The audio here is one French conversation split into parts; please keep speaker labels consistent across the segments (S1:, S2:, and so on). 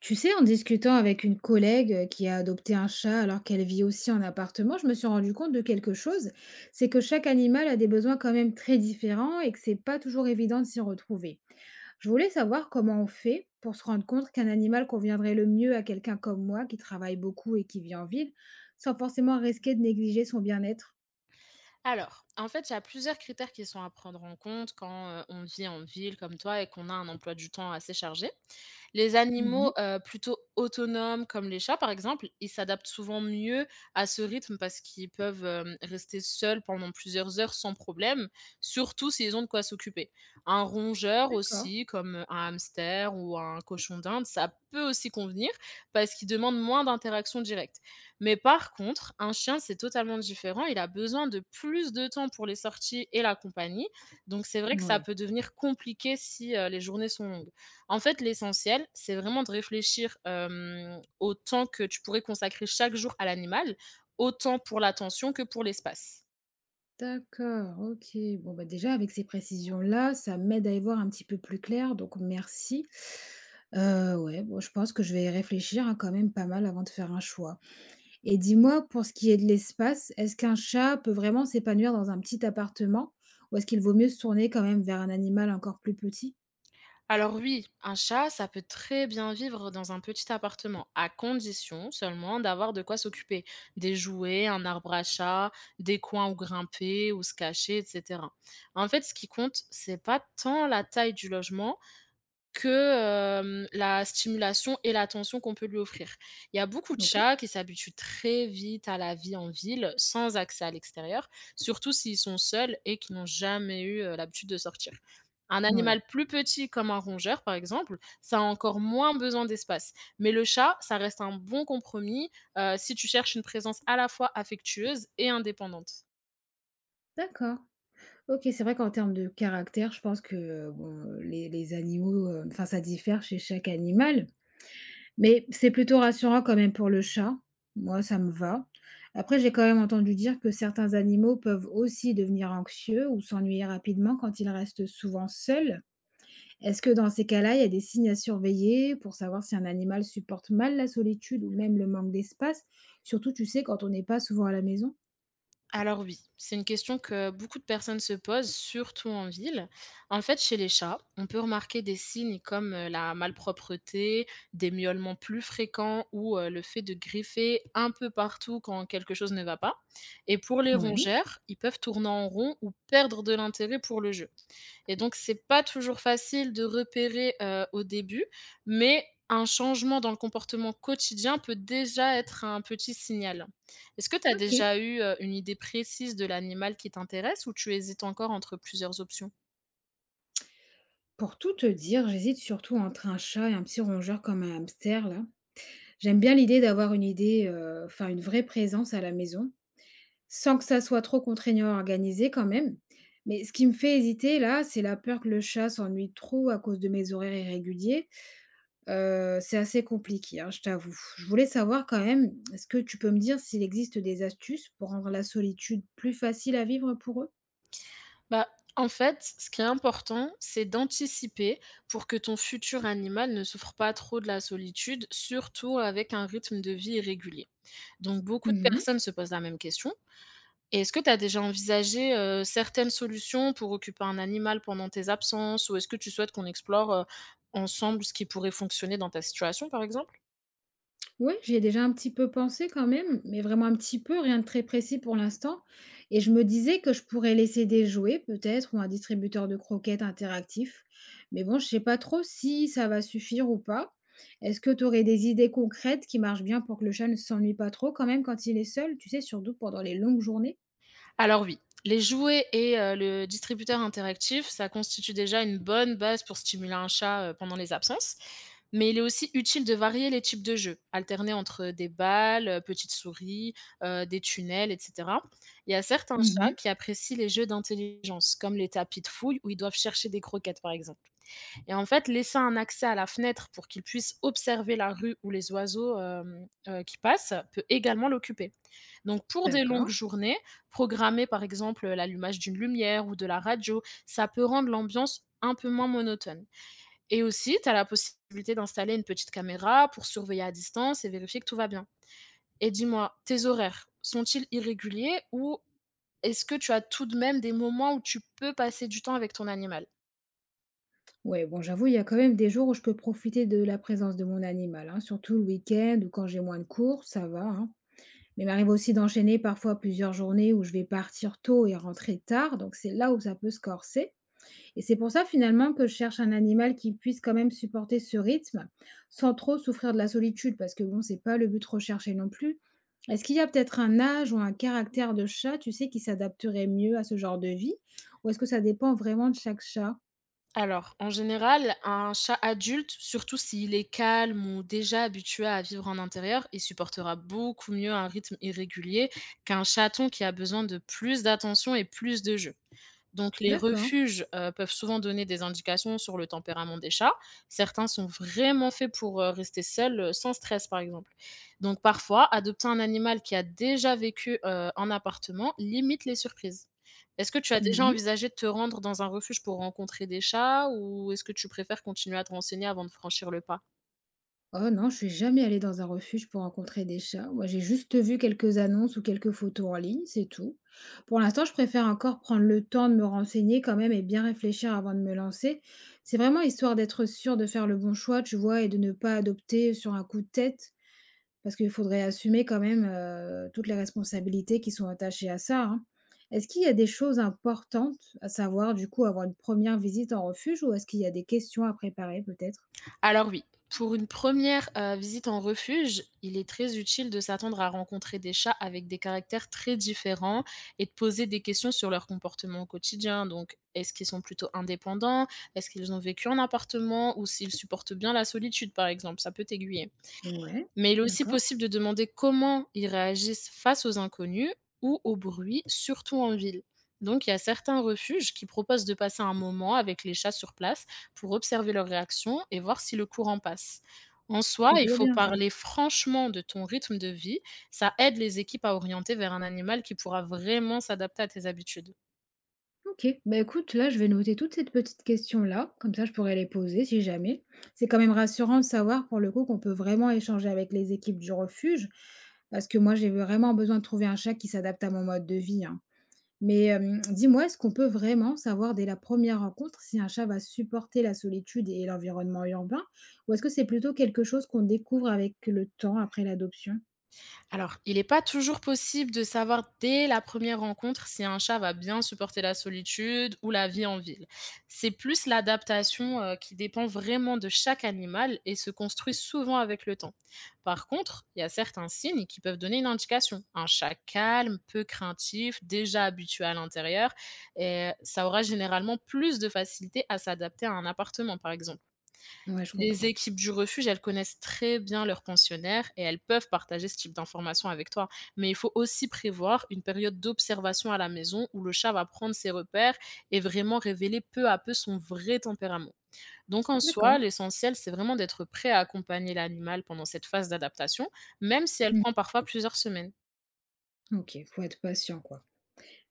S1: Tu sais, en discutant avec une collègue qui a adopté un chat alors qu'elle vit aussi en appartement, je me suis rendu compte de quelque chose, c'est que chaque animal a des besoins quand même très différents et que c'est pas toujours évident de s'y retrouver. Je voulais savoir comment on fait pour se rendre compte qu'un animal conviendrait le mieux à quelqu'un comme moi qui travaille beaucoup et qui vit en ville, sans forcément risquer de négliger son bien-être.
S2: Alors, en fait, il y a plusieurs critères qui sont à prendre en compte quand on vit en ville comme toi et qu'on a un emploi du temps assez chargé. Les animaux
S1: Mhm.
S2: plutôt autonomes, comme les chats par exemple, ils s'adaptent souvent mieux à ce rythme parce qu'ils peuvent rester seuls pendant plusieurs heures sans problème, surtout s'ils ont de quoi s'occuper. Un rongeur
S1: D'accord.
S2: aussi, comme un hamster ou un cochon d'Inde, ça peut aussi convenir parce qu'il demande moins d'interaction directe. Mais par contre, un chien, c'est totalement différent. Il a besoin de plus de temps pour les sorties et la compagnie. Donc, c'est vrai que ça
S1: Oui.
S2: peut devenir compliqué si, les journées sont longues. En fait, l'essentiel, c'est vraiment de réfléchir, au temps que tu pourrais consacrer chaque jour à l'animal, autant pour l'attention que pour l'espace.
S1: D'accord, OK. Bon, bah, déjà avec ces précisions-là, ça m'aide à y voir un petit peu plus clair, donc merci. Ouais, bon, je pense que je vais y réfléchir, hein, quand même pas mal avant de faire un choix et dis-moi pour ce qui est de l'espace, est-ce qu'un chat peut vraiment s'épanouir dans un petit appartement? Ou est-ce qu'il vaut mieux se tourner quand même vers un animal encore plus petit?
S2: Alors oui, un chat, ça peut très bien vivre dans un petit appartement, à condition seulement d'avoir de quoi s'occuper. Des jouets, un arbre à chat, des coins où grimper, où se cacher, etc. En fait, ce qui compte, c'est pas tant la taille du logement que, la stimulation et l'attention qu'on peut lui offrir. Il y a beaucoup de
S1: OK,
S2: chats qui s'habituent très vite à la vie en ville, sans accès à l'extérieur, surtout s'ils sont seuls et qu'ils n'ont jamais eu l'habitude de sortir. Un animal
S1: ouais,
S2: plus petit comme un rongeur, par exemple, ça a encore moins besoin d'espace. Mais le chat, ça reste un bon compromis, si tu cherches une présence à la fois affectueuse et indépendante.
S1: d'accord. OK, c'est vrai qu'en termes de caractère, je pense que, bon, les animaux, enfin ça diffère chez chaque animal. Mais c'est plutôt rassurant quand même pour le chat. Moi, ça me va. Après, j'ai quand même entendu dire que certains animaux peuvent aussi devenir anxieux ou s'ennuyer rapidement quand ils restent souvent seuls. Est-ce que dans ces cas-là, il y a des signes à surveiller pour savoir si un animal supporte mal la solitude ou même le manque d'espace? Surtout, tu sais, quand on n'est pas souvent à la maison?
S2: Alors oui, c'est une question que beaucoup de personnes se posent, surtout en ville. En fait, chez les chats, on peut remarquer des signes comme la malpropreté, des miaulements plus fréquents ou le fait de griffer un peu partout quand quelque chose ne va pas. Et pour les
S1: Ouais,
S2: rongeurs, ils peuvent tourner en rond ou perdre de l'intérêt pour le jeu. Et donc c'est pas toujours facile de repérer au début, mais un changement dans le comportement quotidien peut déjà être un petit signal. Est-ce que tu as
S1: ok.
S2: déjà eu une idée précise de l'animal qui t'intéresse ou tu hésites encore entre plusieurs options?
S1: Pour tout te dire, j'hésite surtout entre un chat et un petit rongeur comme un hamster, là. J'aime bien l'idée d'avoir une idée, enfin une vraie présence à la maison, sans que ça soit trop contraignant à organiser quand même. Mais ce qui me fait hésiter là, c'est la peur que le chat s'ennuie trop à cause de mes horaires irréguliers. C'est assez compliqué, hein, je t'avoue. Je voulais savoir quand même, est-ce que tu peux me dire s'il existe des astuces pour rendre la solitude plus facile à vivre pour eux?
S2: Bah, en fait, ce qui est important, c'est d'anticiper pour que ton futur animal ne souffre pas trop de la solitude, surtout avec un rythme de vie irrégulier. Donc beaucoup de
S1: Mmh.
S2: personnes se posent la même question. Et est-ce que tu as déjà envisagé certaines solutions pour occuper un animal pendant tes absences? Ou est-ce que tu souhaites qu'on explore ensemble ce qui pourrait fonctionner dans ta situation, par exemple?
S1: Ouais, j'ai déjà un petit peu pensé quand même, mais vraiment un petit peu, rien de très précis pour l'instant. Et je me disais que je pourrais laisser des jouets peut-être ou un distributeur de croquettes interactif. Mais bon, je sais pas trop si ça va suffire ou pas. Est-ce que tu aurais des idées concrètes qui marchent bien pour que le chat ne s'ennuie pas trop quand même quand il est seul, tu sais, surtout pendant les longues journées?
S2: Alors oui, les jouets et le distributeur interactif, ça constitue déjà une bonne base pour stimuler un chat, pendant les absences. Mais il est aussi utile de varier les types de jeux, alterner entre des balles, petites souris, des tunnels, et cetera. Il y a certains chats
S1: Mhm,
S2: qui apprécient les jeux d'intelligence, comme les tapis de fouille où ils doivent chercher des croquettes, par exemple. Et en fait, laisser un accès à la fenêtre pour qu'il puisse observer la rue ou les oiseaux qui passent, peut également l'occuper. Donc pour des longues
S1: d'accord.
S2: journées, programmer par exemple, l'allumage d'une lumière ou de la radio, ça peut rendre l'ambiance un peu moins monotone. Et aussi, tu as la possibilité d'installer une petite caméra pour surveiller à distance et vérifier que tout va bien. Et dis-moi, tes horaires sont-ils irréguliers ou est-ce que tu as tout de même des moments où tu peux passer du temps avec ton animal?
S1: Ouais, bon, j'avoue, il y a quand même des jours où je peux profiter de la présence de mon animal, hein, surtout le week-end ou quand j'ai moins de cours, ça va, hein. Mais il m'arrive aussi d'enchaîner parfois plusieurs journées où je vais partir tôt et rentrer tard, donc c'est là où ça peut se corser. Et c'est pour ça finalement que je cherche un animal qui puisse quand même supporter ce rythme sans trop souffrir de la solitude, parce que bon, c'est pas le but recherché non plus. Est-ce qu'il y a peut-être un âge ou un caractère de chat, tu sais, qui s'adapterait mieux à ce genre de vie? Ou est-ce que ça dépend vraiment de chaque chat?
S2: Alors, en général, un chat adulte, surtout s'il est calme ou déjà habitué à vivre en intérieur, il supportera beaucoup mieux un rythme irrégulier qu'un chaton qui a besoin de plus d'attention et plus de jeu. Donc les
S1: D'accord.
S2: refuges peuvent souvent donner des indications sur le tempérament des chats. Certains sont vraiment faits pour rester seuls, sans stress, par exemple. Donc parfois, adopter un animal qui a déjà vécu en appartement limite les surprises. Est-ce que tu as déjà envisagé de te rendre dans un refuge pour rencontrer des chats ou est-ce que tu préfères continuer à te renseigner avant de franchir le pas?
S1: Oh non, je suis jamais allée dans un refuge pour rencontrer des chats. Moi, j'ai juste vu quelques annonces ou quelques photos en ligne, c'est tout. Pour l'instant, je préfère encore prendre le temps de me renseigner quand même et bien réfléchir avant de me lancer. C'est vraiment histoire d'être sûre de faire le bon choix, tu vois, et de ne pas adopter sur un coup de tête, parce qu'il faudrait assumer quand même toutes les responsabilités qui sont attachées à ça, hein. Est-ce qu'il y a des choses importantes à savoir, du coup, avant une première visite en refuge, ou est-ce qu'il y a des questions à préparer peut-être?
S2: Alors oui, pour une première visite en refuge, il est très utile de s'attendre à rencontrer des chats avec des caractères très différents et de poser des questions sur leur comportement au quotidien. Donc, est-ce qu'ils sont plutôt indépendants? Est-ce qu'ils ont vécu en appartement? Ou s'ils supportent bien la solitude, par exemple? Ça peut t'aiguiller.
S1: Ouais,
S2: Mais il est aussi
S1: d'accord.
S2: possible de demander comment ils réagissent face aux inconnus ou au bruit, surtout en ville. Donc il y a certains refuges qui proposent de passer un moment avec les chats sur place pour observer leurs réactions et voir si le courant passe. En soi,
S1: C'est
S2: il
S1: plutôt
S2: faut
S1: bien ça.
S2: parler franchement de ton rythme de vie. Ça aide les équipes à orienter vers un animal qui pourra vraiment s'adapter à tes habitudes.
S1: OK. Bah, écoute, là, je vais noter toutes ces petites questions-là, comme ça je pourrais les poser si jamais. C'est quand même rassurant de savoir pour le coup qu'on peut vraiment échanger avec les équipes du refuge, parce que moi j'ai vraiment besoin de trouver un chat qui s'adapte à mon mode de vie, hein. Mais dis-moi, est-ce qu'on peut vraiment savoir dès la première rencontre si un chat va supporter la solitude et l'environnement urbain? Ou est-ce que c'est plutôt quelque chose qu'on découvre avec le temps après l'adoption?
S2: Alors, il n'est pas toujours possible de savoir dès la première rencontre si un chat va bien supporter la solitude ou la vie en ville. C'est plus l'adaptation qui dépend vraiment de chaque animal et se construit souvent avec le temps. Par contre, il y a certains signes qui peuvent donner une indication. Un chat calme, peu craintif, déjà habitué à l'intérieur, et ça aura généralement plus de facilité à s'adapter à un appartement, par exemple.
S1: Ouais, je
S2: Les
S1: comprends.
S2: équipes du refuge, elles connaissent très bien leurs pensionnaires et elles peuvent partager ce type d'informations avec toi. Mais il faut aussi prévoir une période d'observation à la maison où le chat va prendre ses repères et vraiment révéler peu à peu son vrai tempérament. Donc en soi,
S1: D'accord.
S2: l'essentiel, c'est vraiment d'être prêt à accompagner l'animal pendant cette phase d'adaptation, même si elle
S1: Mmh.
S2: prend parfois plusieurs semaines.
S1: OK, faut être patient, quoi.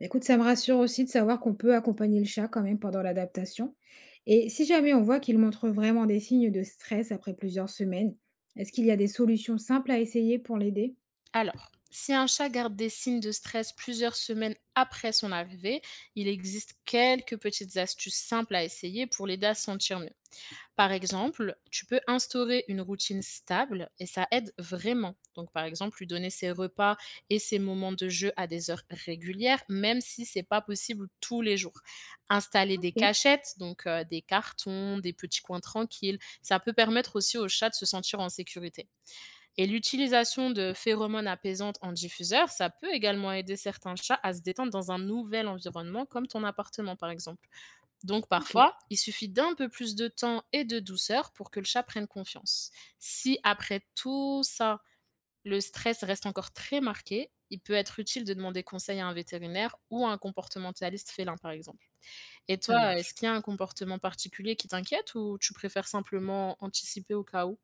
S1: Écoute, ça me rassure aussi de savoir qu'on peut accompagner le chat quand même pendant l'adaptation. Et si jamais on voit qu'il montre vraiment des signes de stress après plusieurs semaines, est-ce qu'il y a des solutions simples à essayer pour l'aider?
S2: Alors, si un chat garde des signes de stress plusieurs semaines après son arrivée, il existe quelques petites astuces simples à essayer pour l'aider à se sentir mieux. Par exemple, tu peux instaurer une routine stable et ça aide vraiment. Donc, par exemple, lui donner ses repas et ses moments de jeu à des heures régulières, même si c'est pas possible tous les jours. Installer des
S1: Ok,
S2: cachettes, donc des cartons, des petits coins tranquilles, ça peut permettre aussi au chat de se sentir en sécurité. Et l'utilisation de phéromones apaisantes en diffuseur, ça peut également aider certains chats à se détendre dans un nouvel environnement, comme ton appartement, par exemple. Donc
S1: ok,
S2: parfois, il suffit d'un peu plus de temps et de douceur pour que le chat prenne confiance. Si après tout ça, le stress reste encore très marqué, il peut être utile de demander conseil à un vétérinaire ou à un comportementaliste félin, par exemple. Et
S1: ça
S2: toi, est-ce
S1: marche.
S2: qu'il y a un comportement particulier qui t'inquiète ou tu préfères simplement anticiper au cas où?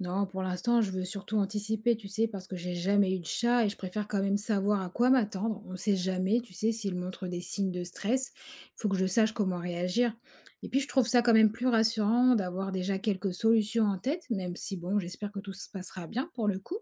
S1: Non, pour l'instant, je veux surtout anticiper, tu sais, parce que j'ai jamais eu de chat et je préfère quand même savoir à quoi m'attendre. On ne sait jamais, tu sais, s'il montre des signes de stress, il faut que je sache comment réagir. Et puis, je trouve ça quand même plus rassurant d'avoir déjà quelques solutions en tête, même si, bon, j'espère que tout se passera bien pour le coup.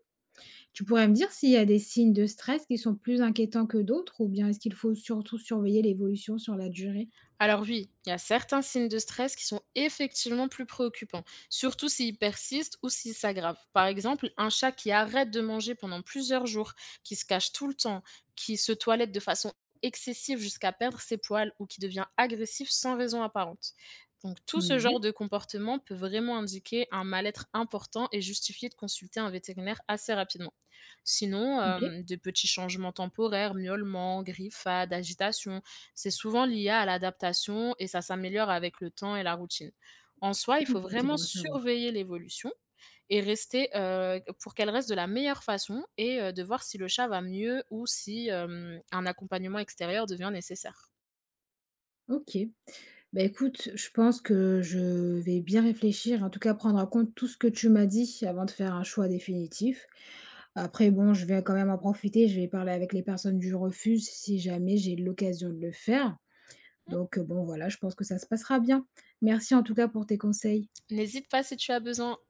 S1: Tu pourrais me dire s'il y a des signes de stress qui sont plus inquiétants que d'autres ou bien est-ce qu'il faut surtout surveiller l'évolution sur la durée?
S2: Alors oui, il y a certains signes de stress qui sont effectivement plus préoccupants, surtout s'ils persistent ou s'ils s'aggravent. Par exemple, un chat qui arrête de manger pendant plusieurs jours, qui se cache tout le temps, qui se toilette de façon excessive jusqu'à perdre ses poils ou qui devient agressif sans raison apparente. Donc tout ce genre
S1: Ouais,
S2: de comportement peut vraiment indiquer un mal-être important et justifier de consulter un vétérinaire assez rapidement. Sinon,
S1: ok.
S2: de petits changements temporaires, miaulements, griffades, agitation. C'est souvent lié à l'adaptation et ça s'améliore avec le temps et la routine. En soi, il faut
S1: Ok, c'est
S2: vraiment
S1: bon à savoir.
S2: surveiller l'évolution et rester, pour qu'elle reste de la meilleure façon et de voir si le chat va mieux ou si un accompagnement extérieur devient nécessaire.
S1: Ok. Bah, écoute, je pense que je vais bien réfléchir, en tout cas prendre en compte tout ce que tu m'as dit avant de faire un choix définitif. Après, bon, je vais quand même en profiter, je vais parler avec les personnes du refuge si jamais j'ai l'occasion de le faire.
S2: Mmh.
S1: Donc, bon, voilà, je pense que ça se passera bien. Merci en tout cas pour tes conseils.
S2: N'hésite pas si tu as besoin.